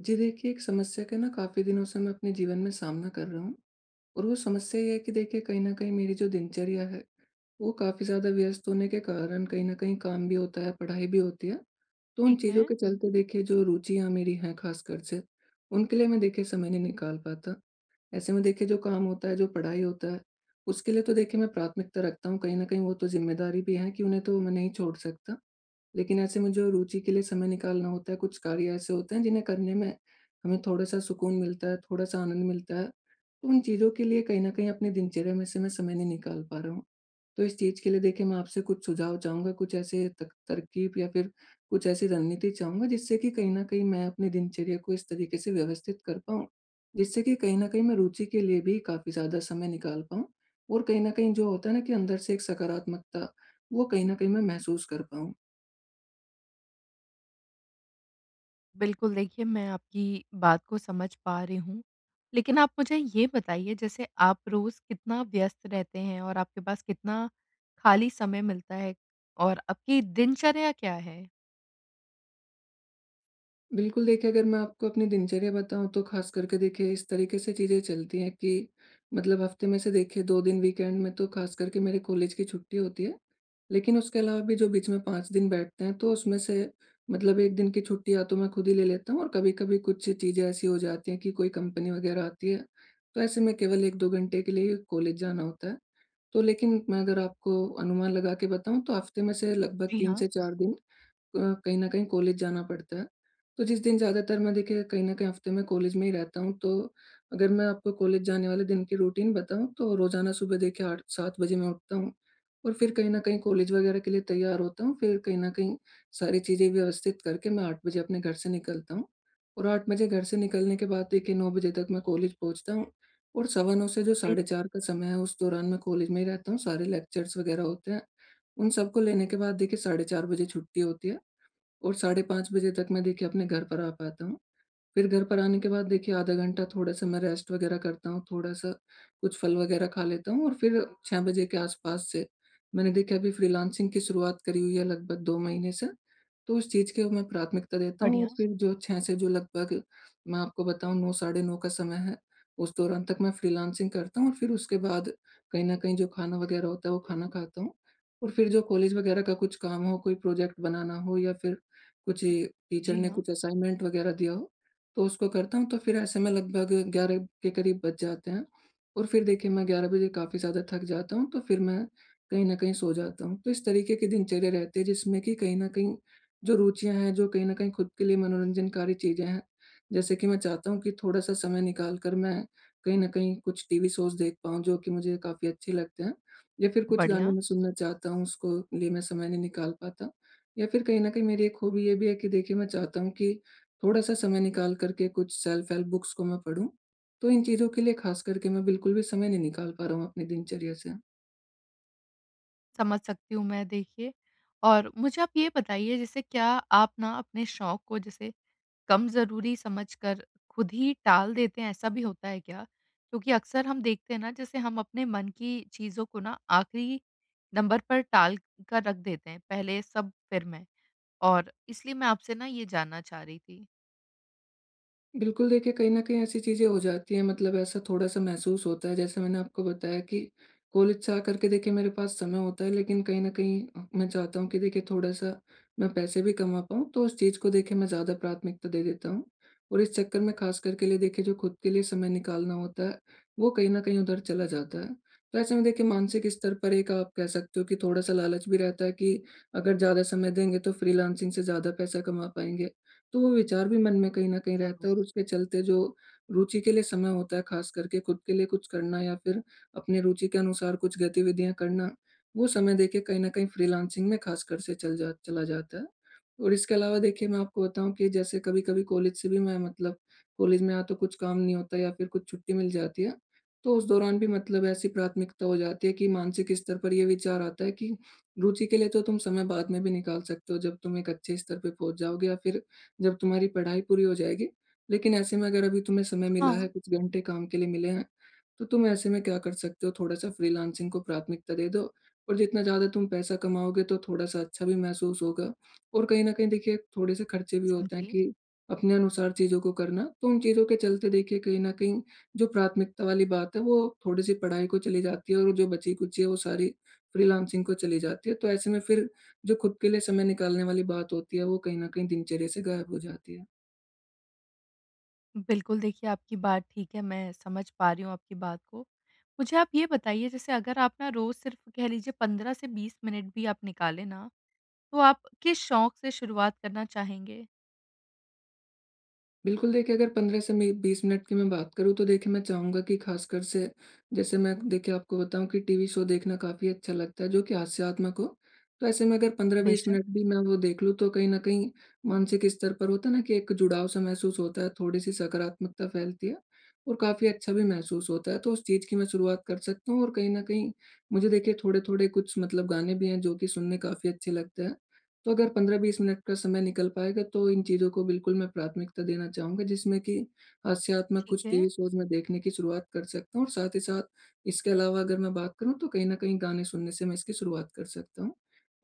जी देखिए, एक समस्या का ना काफ़ी दिनों से मैं अपने जीवन में सामना कर रहा हूँ। और वो समस्या ये है कि देखिए कहीं न कहीं मेरी जो दिनचर्या है, वो काफ़ी ज़्यादा व्यस्त होने के कारण कहीं न कहीं काम भी होता है, पढ़ाई भी होती है। तो उन ठीक है। चीज़ों के चलते देखिए जो रुचियाँ मेरी हैं ख़ासकर से, उनके लिए मैं देखिए समय नहीं निकाल पाता। ऐसे में देखिए जो काम होता है, जो पढ़ाई होता है, उसके लिए तो देखिए मैं प्राथमिकता रखता हूँ। कहीं न कहीं वो तो ज़िम्मेदारी भी है कि उन्हें तो मैं नहीं छोड़ सकता। लेकिन ऐसे में जो रुचि के लिए समय निकालना होता है, कुछ कार्य ऐसे होते हैं जिन्हें करने में हमें थोड़ा-सा सुकून मिलता है, थोड़ा-सा आनंद मिलता है। तो उन चीज़ों के लिए कहीं न कहीं अपनी दिनचर्या में से मैं समय नहीं निकाल पा रहा हूँ। तो इस चीज़ के लिए देखिए मैं आपसे कुछ सुझाव चाहूँगा, कुछ ऐसे तक तरकीब या फिर कुछ ऐसी रणनीति चाहूँगा जिससे कि कहीं न कहीं मैं अपनी दिनचर्या को इस तरीके से व्यवस्थित कर पाऊँ, जिससे कि कहीं न कहीं मैं रुचि के लिए भी काफ़ी ज़्यादा समय निकाल पाऊँ और कहीं न कहीं जो होता है ना कि अंदर से एक सकारात्मकता, वो कहीं न कहीं मैं महसूस कर पाऊँ। बिल्कुल, देखिए मैं आपकी बात को समझ पा रही हूँ। लेकिन आप मुझे ये बताइए जैसे आप रोज़ कितना व्यस्त रहते हैं और आपके पास कितना खाली समय मिलता है? और आपकी दिनचर्या क्या है? बिल्कुल, देखिए अगर मैं आपको अपनी दिनचर्या बताऊँ तो ख़ास करके देखिए इस तरीके से चीज़ें चलती हैं कि मतलब हफ़्ते में से देखिए 2 दिन वीकेंड में तो ख़ास करके मेरे कॉलेज की छुट्टी होती है। लेकिन उसके अलावा भी जो बीच में 5 दिन बैठते हैं तो उसमें से मतलब 1 दिन की छुट्टी या तो मैं खुद ही ले लेता हूँ, और कभी-कभी कुछ चीज़ें ऐसी हो जाती हैं कि कोई कंपनी वग़ैरह आती है, तो ऐसे में केवल 1-2 घंटे के लिए कॉलेज जाना होता है। तो लेकिन मैं अगर आपको अनुमान लगा के बताऊँ तो हफ़्ते में से लगभग जी 3 हाँ, से 4 दिन अ, कहीं न कहीं कॉलेज जाना पड़ता है। तो जिस दिन ज़्यादातर मैं देखिए कहीं न कहीं हफ़्ते में कॉलेज में ही रहता हूँ, तो अगर मैं आपको कॉलेज जाने वाले दिन की रूटीन बताऊँ तो रोज़ाना सुबह देखिए 8-7 बजे मैं उठता हूँ और फिर कहीं न कहीं कॉलेज वग़ैरह के लिए तैयार होता हूँ। फिर कहीं न कहीं सारी चीज़ें व्यवस्थित करके मैं 8 बजे अपने घर से निकलता हूँ, और 8 बजे घर से निकलने के बाद देखिए 9 बजे तक मैं कॉलेज पहुँचता हूँ। और सवा 9 से जो बि साढ़े 4 का समय है, उस दौरान मैं कॉलेज में ही रहता हूँ। सारे लेक्चर्स वग़ैरह होते हैं, उन सबको लेने के बाद देखिए साढ़े 4 बजे छुट्टी होती है, और साढ़े 5 बजे तक मैं देखिए अपने घर पर आ पाता हूँ। फिर घर पर आने के बाद देखिए आधा घंटा थोड़ा-सा मैं रेस्ट वग़ैरह करता हूँ, थोड़ा-सा कुछ फल वग़ैरह खा लेता हूँ, और फिर 6 बजे के आस-पास से मैंने देखिए अभी फ्रीलांसिंग की शुरुआत करी हुई है लगभग 2 महीने से, तो उस चीज़ को मैं प्राथमिकता देता हूँ। और बढ़िया। फिर जो 6 से जो लगभग मैं आपको बताऊँ 9 साढ़े 9 का समय है, उस दौरान तक मैं फ्रीलांसिंग करता हूँ। और फिर उसके बाद कहीं न कहीं जो खाना वग़ैरह होता है वो खाना खाता हूँ, और फिर जो कॉलेज वग़ैरह का कुछ काम हो, कोई प्रोजेक्ट बनाना हो या फिर कुछ टीचर जी ने हाँ, कुछ असाइनमेंट वग़ैरह दिया हो, तो उसको करता हूँ। तो फिर ऐसे में लगभग 11 के करीब बज जाते हैं, और फिर देखिए मैं 11 बजे काफ़ी ज़्यादा थक जाता हूँ, तो फिर मैं कहीं न कहीं सो जाता हूँ। तो इस तरीके की दिनचर्या रहती है जिसमें कि कहीं न कहीं जो रुचियाँ हैं, जो कहीं न कहीं खुद के लिए मनोरंजनकारी चीज़ें हैं, जैसे कि मैं चाहता हूँ कि थोड़ा-सा समय निकाल कर मैं कहीं न कहीं कुछ टीवी शोज़ देख पाऊँ जो कि मुझे काफ़ी अच्छे लगते हैं, या फिर कुछ गाने बढ़िया। मैं सुनना चाहता हूँ, उसको लिए मैं समय नहीं निकाल पाता। या फिर कहीं न कहीं मेरी एक हॉबी ये भी है कि देखिए मैं चाहता हूँ कि थोड़ा-सा समय निकाल कर के कुछ सेल्फ हेल्प बुक्स को मैं पढ़ूँ, तो इन चीज़ों के लिए ख़ास करके मैं बिल्कुल भी समय नहीं निकाल पा रहा हूँ अपनी दिनचर्या से। समझ सकती हूँ मैं देखिए। और मुझे आप ये बताइए, जैसे क्या आप ना अपने शौक को जैसे कम ज़रूरी समझकर खुद ही टाल देते हैं, ऐसा भी होता है क्या? क्योंकि अक्सर हम देखते हैं ना, जैसे हम अपने मन की चीज़ों को ना आखिरी नंबर पर टाल कर रख देते हैं, पहले सब फिर मैं। और इसलिए मैं आपसे ना ये जानना चाह रही थी। बिल्कुल, देखिए कहीं न कहीं ऐसी चीज़ें हो जाती हैं, मतलब ऐसा थोड़ा-सा महसूस होता है जैसे मैंने आपको बताया कि कॉलेज से आकर के देखिए मेरे पास समय होता है, लेकिन कहीं न कहीं मैं चाहता हूँ कि देखिए थोड़ा-सा मैं पैसे भी कमा पाऊँ, तो उस चीज़ को देखिए मैं ज़्यादा प्राथमिकता दे देता हूँ। और इस चक्कर में ख़ास करके लिए देखिए जो खुद के लिए समय निकालना होता है, वो कहीं न कहीं उधर चला जाता है। तो ऐसे में देखिए मानसिक स्तर पर एक आप कह सकते हो कि थोड़ा-सा लालच भी रहता है कि अगर ज़्यादा समय देंगे तो फ्रीलांसिंग से ज़्यादा पैसा कमा पाएँगे। तो वो विचार भी मन में कहीं न कहीं रहता ज़रूर। है, और उसके चलते जो रुचि के लिए समय होता है, ख़ास करके खुद के लिए कुछ करना या फिर अपनी रुचि के अनुसार कुछ गतिविधियाँ करना, वो समय देखिए कहीं न कहीं फ्रीलांसिंग में ख़ासकर से चल जा चला जाता है। और इसके अलावा देखिए मैं आपको बताऊँ कि जैसे कभी-कभी कॉलेज से भी मैं मतलब कॉलेज में या तो कुछ काम नहीं होता या फिर कुछ छुट्टी मिल जाती है, तो उस दौरान भी मतलब ऐसी प्राथमिकता हो जाती है कि मानसिक स्तर पर ये विचार आता है कि रुचि के लिए तो तुम समय बाद में भी निकाल सकते हो, जब तुम एक अच्छे स्तर पे पहुँच जाओगे या फिर जब तुम्हारी पढ़ाई पूरी हो जाएगी। लेकिन ऐसे में अगर अभी तुम्हें समय मिला है, हाँ, कुछ घंटे काम के लिए मिले हैं, तो तुम ऐसे में क्या कर सकते हो, थोड़ा-सा फ्रीलांसिंग को प्राथमिकता दे दो और जितना ज़्यादा तुम पैसा कमाओगे तो थोड़ा-सा अच्छा भी महसूस होगा। और कहीं न कहीं देखिए थोड़े-से खर्चे भी होते हैं समझी। कि अपने अनुसार चीज़ों को करना, तो उन चीज़ों के चलते देखिए कहीं न कहीं जो प्राथमिकता वाली बात है वो थोड़ी-सी पढ़ाई को चली जाती है, और जो बची-खुची है वो सारी फ्रीलांसिंग को चली जाती है। तो ऐसे में फिर जो खुद के लिए समय निकालने वाली बात होती है, वो कहीं न कहीं दिनचर्या से गायब हो जाती है। बिल्कुल देखिए, आपकी बात ठीक है, मैं समझ पा रही हूँ आपकी बात को। मुझे आप ये बताइए, जैसे अगर आप ना रोज़ सिर्फ़ कह लीजिए 15 से 20 मिनट भी आप निकालें ना, तो आप किस शौक से शुरुआत करना चाहेंगे? बिल्कुल देखिए, अगर 15 से मी 20 मिनट की मैं बात करूँ तो देखिए मैं चाहूँगा कि ख़ासकर से जैसे मैं देखिए आपको बताऊँ कि टीवी शो देखना काफ़ी अच्छा लगता है जो कि हास्यात्मक हो। तो ऐसे में अगर 15-20 मिनट भी मैं वो देख लूँ तो कहीं न कहीं मानसिक स्तर पर होता है ना कि एक जुड़ाव सा महसूस होता है, थोड़ी-सी सकारात्मकता फैलती है और काफ़ी अच्छा भी महसूस होता है। तो उस चीज़ की मैं शुरुआत कर सकता हूँ, और कहीं न कहीं मुझे देखिए थोड़े-थोड़े कुछ मतलब गाने भी हैं जो कि सुनने काफ़ी अच्छे लगते हैं। तो अगर 15-20 मिनट का समय निकल पाएगा तो इन चीज़ों को बिल्कुल मैं प्राथमिकता देना चाहूँगा जिसमें कि हास्यात्मक ठीक कुछ है। टीवी शोज़ मैं देखने की शुरुआत कर सकता हूँ, और साथ ही साथ इसके अलावा अगर मैं बात करूँ तो कहीं न कहीं गाने सुनने से मैं इसकी शुरुआत कर सकता हूँ।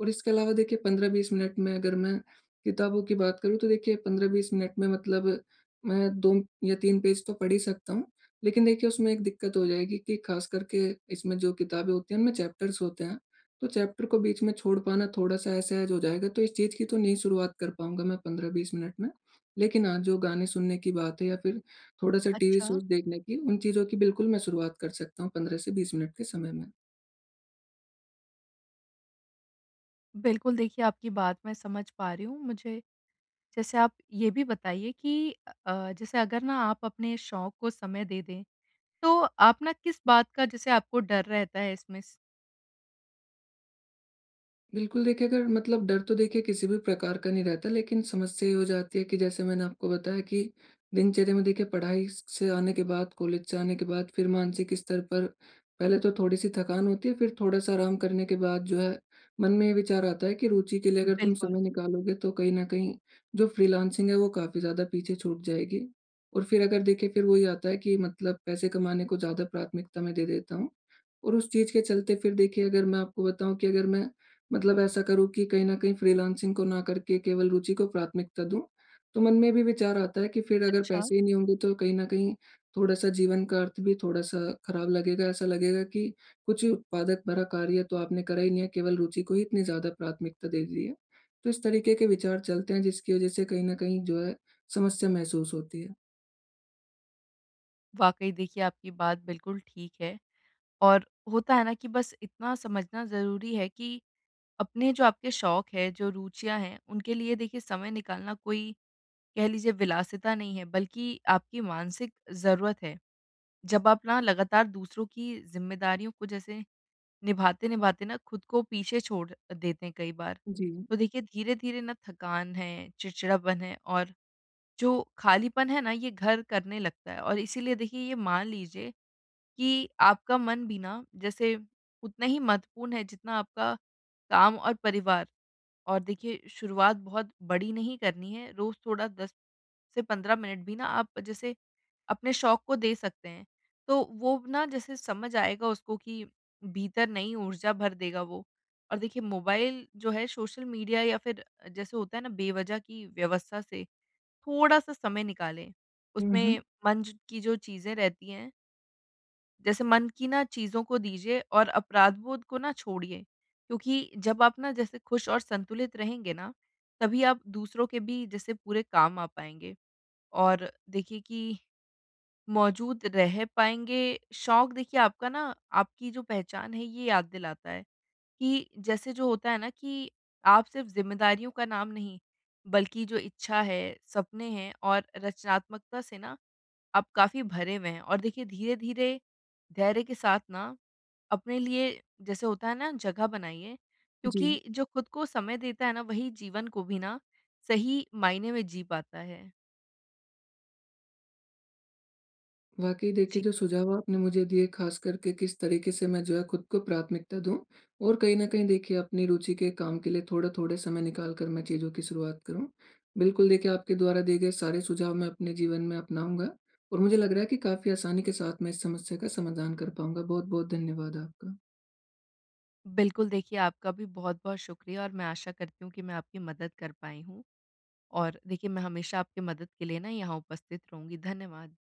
और इसके अलावा देखिए 15-20 मिनट में अगर मैं किताबों की बात करूँ तो देखिए 15-20 मिनट में मतलब मैं 2 या 3 पेज तो पढ़ ही सकता हूँ। लेकिन देखिए उसमें एक दिक्कत हो जाएगी कि ख़ास करके इसमें जो किताबें होती हैं उनमें चैप्टर्स होते हैं। तो चैप्टर को बीच में छोड़ पाना थोड़ा-सा असहज हो जाएगा, तो इस चीज़ की तो नहीं शुरुआत कर पाऊँगा मैं 15-20 मिनट में। लेकिन हाँ, जो गाने सुनने की बात है या फिर थोड़ा-सा टीवी अच्छा। शोज़ देखने की, उन चीज़ों की बिल्कुल मैं शुरुआत कर सकता हूँ 15 से 20 मिनट के समय में। बिल्कुल, देखिए आपकी बात मैं समझ पा रही हूँ। मुझे, जैसे आप ये भी बताइए कि जैसे अगर ना आप अपने शौक को समय दे दें, तो आप ना किस बात का जैसे आपको डर रहता है इसमें स बिल्कुल, देखिए अगर मतलब डर तो देखिए किसी भी प्रकार का नहीं रहता, लेकिन समस्या ये हो जाती है कि जैसे मैंने आपको बताया कि दिनचर्या में देखिए पढ़ाई स से आने के बाद, कॉलेज से आने के बाद फिर मानसिक स्तर पर पहले तो थोड़ी-सी थकान होती है, फिर थोड़ा-सा आराम करने के बाद जो है, मन में ये विचार आता है कि रुचि के लिए अगर तुम समय बिल्कुल। निकालोगे तो कहीं न कहीं जो फ्रीलांसिंग है वो काफ़ी ज़्यादा पीछे छूट जाएगी। और फिर अगर देखिए फिर वही आता है कि मतलब पैसे कमाने को ज़्यादा प्राथमिकता मैं दे देता हूँ, और उस चीज़ के चलते फिर देखिए अगर मैं आपको बताऊँ कि अगर मैं मतलब ऐसा करूँ कि कहीं न कहीं फ्रीलांसिंग को ना करके केवल रुचि को प्राथमिकता दूँ। तो मन में भी विचार आता है कि फिर अगर अच्छा, पैसे ही नहीं होंगे तो कहीं न कहीं थोड़ा-सा जीवन का अर्थ भी थोड़ा-सा खराब लगेगा। ऐसा लगेगा कि कुछ ही उत्पादक भरा कार्य तो आपने करा ही नहीं है, केवल रुचि को ही इतनी ज़्यादा प्राथमिकता दे दी है। तो इस तरीके के विचार चलते हैं जिसकी वज़ह से कहीं न कहीं जो है समस्या महसूस होती है। वाक़ई देखिए आपकी बात बिल्कुल ठीक है। और होता है ना कि बस इतना समझना ज़रूरी है कि अपने जो आपके शौक है, जो रुचियाँ हैं, उनके लिए देखिए समय निकालना कोई कह लीजिए विलासिता नहीं है, बल्कि आपकी मानसिक ज़रूरत है। जब आप ना लगातार दूसरों की ज़िम्मेदारियों को जैसे निभाते-निभाते ना खुद को पीछे छोड़ देते हैं कई बार। जी। तो देखिए धीरे-धीरे ना थकान है, चिड़चिड़ापन है और जो खालीपन है ना, ये घर करने लगता है। और इसीलिए देखिए, ये मान लीजिए कि आपका मन भी ना जैसे उतना ही महत्वपूर्ण है जितना आपका काम और परिवार। और देखिए, शुरुआत बहुत बड़ी नहीं करनी है, रोज़ थोड़ा 10 से 15 मिनट भी ना आप जैसे अपने शौक को दे सकते हैं। तो वो ना जैसे समझ आएगा उसको कि भीतर नई ऊर्जा भर देगा वो। और देखिए, मोबाइल जो है, सोशल मीडिया या फिर जैसे होता है ना बेवज़ह की व्यवस्था से थोड़ा-सा समय निकालें। हुँ, हुँ। उसमें मन ज की जो चीज़ें रहती हैं, जैसे मन की ना चीज़ों को दीजिए और अपराध बोध को ना छोड़िए, क्योंकि जब आप ना जैसे खुश और संतुलित रहेंगे ना, तभी आप दूसरों के भी जैसे पूरे काम आ पाएँगे। और देखिए कि मौजूद रह पाएँगे। शौक देखिए आपका ना आपकी जो पहचान है, ये याद दिलाता है कि जैसे जो होता है ना कि आप सिर्फ़ ज़िम्मेदारियों का नाम नहीं, बल्कि जो इच्छा है, सपने हैं और रचनात्मकता से ना आप काफ़ी भरे हुए हैं। और देखिए धीरे-धीरे, धैर्य के साथ ना अपने लिए जैसे होता है ना जगह बनाइए, क्योंकि जी। जो खुद को समय देता है ना, वही जीवन को भी ना सही मायने में जी पाता है। वाकई देखिए जी। जो सुझाव आपने मुझे दिए खास करके किस तरीके से मैं जो है खुद को प्राथमिकता दूं, और कहीं ना कहीं देखिए अपनी रुचि के काम के लिए थोड़ा थोड़े समय निकाल कर मैं चीज़ों की शुरुआत करूं। बिल्कुल देखिए, आपके द्वारा दिए गए सारे सुझाव मैं अपने जीवन में अपनाऊंगा, और मुझे लग रहा है कि काफ़ी आसानी के साथ मैं इस समस्या का समाधान कर पाऊंगा। बहुत बहुत धन्यवाद आपका। बिल्कुल देखिए, आपका भी बहुत-बहुत शुक्रिया और मैं आशा करती हूँ कि मैं आपकी मदद कर पाई हूँ। और देखिए, मैं हमेशा आपकी मदद के लिए ना यहाँ उपस्थित रहूँगी। धन्यवाद।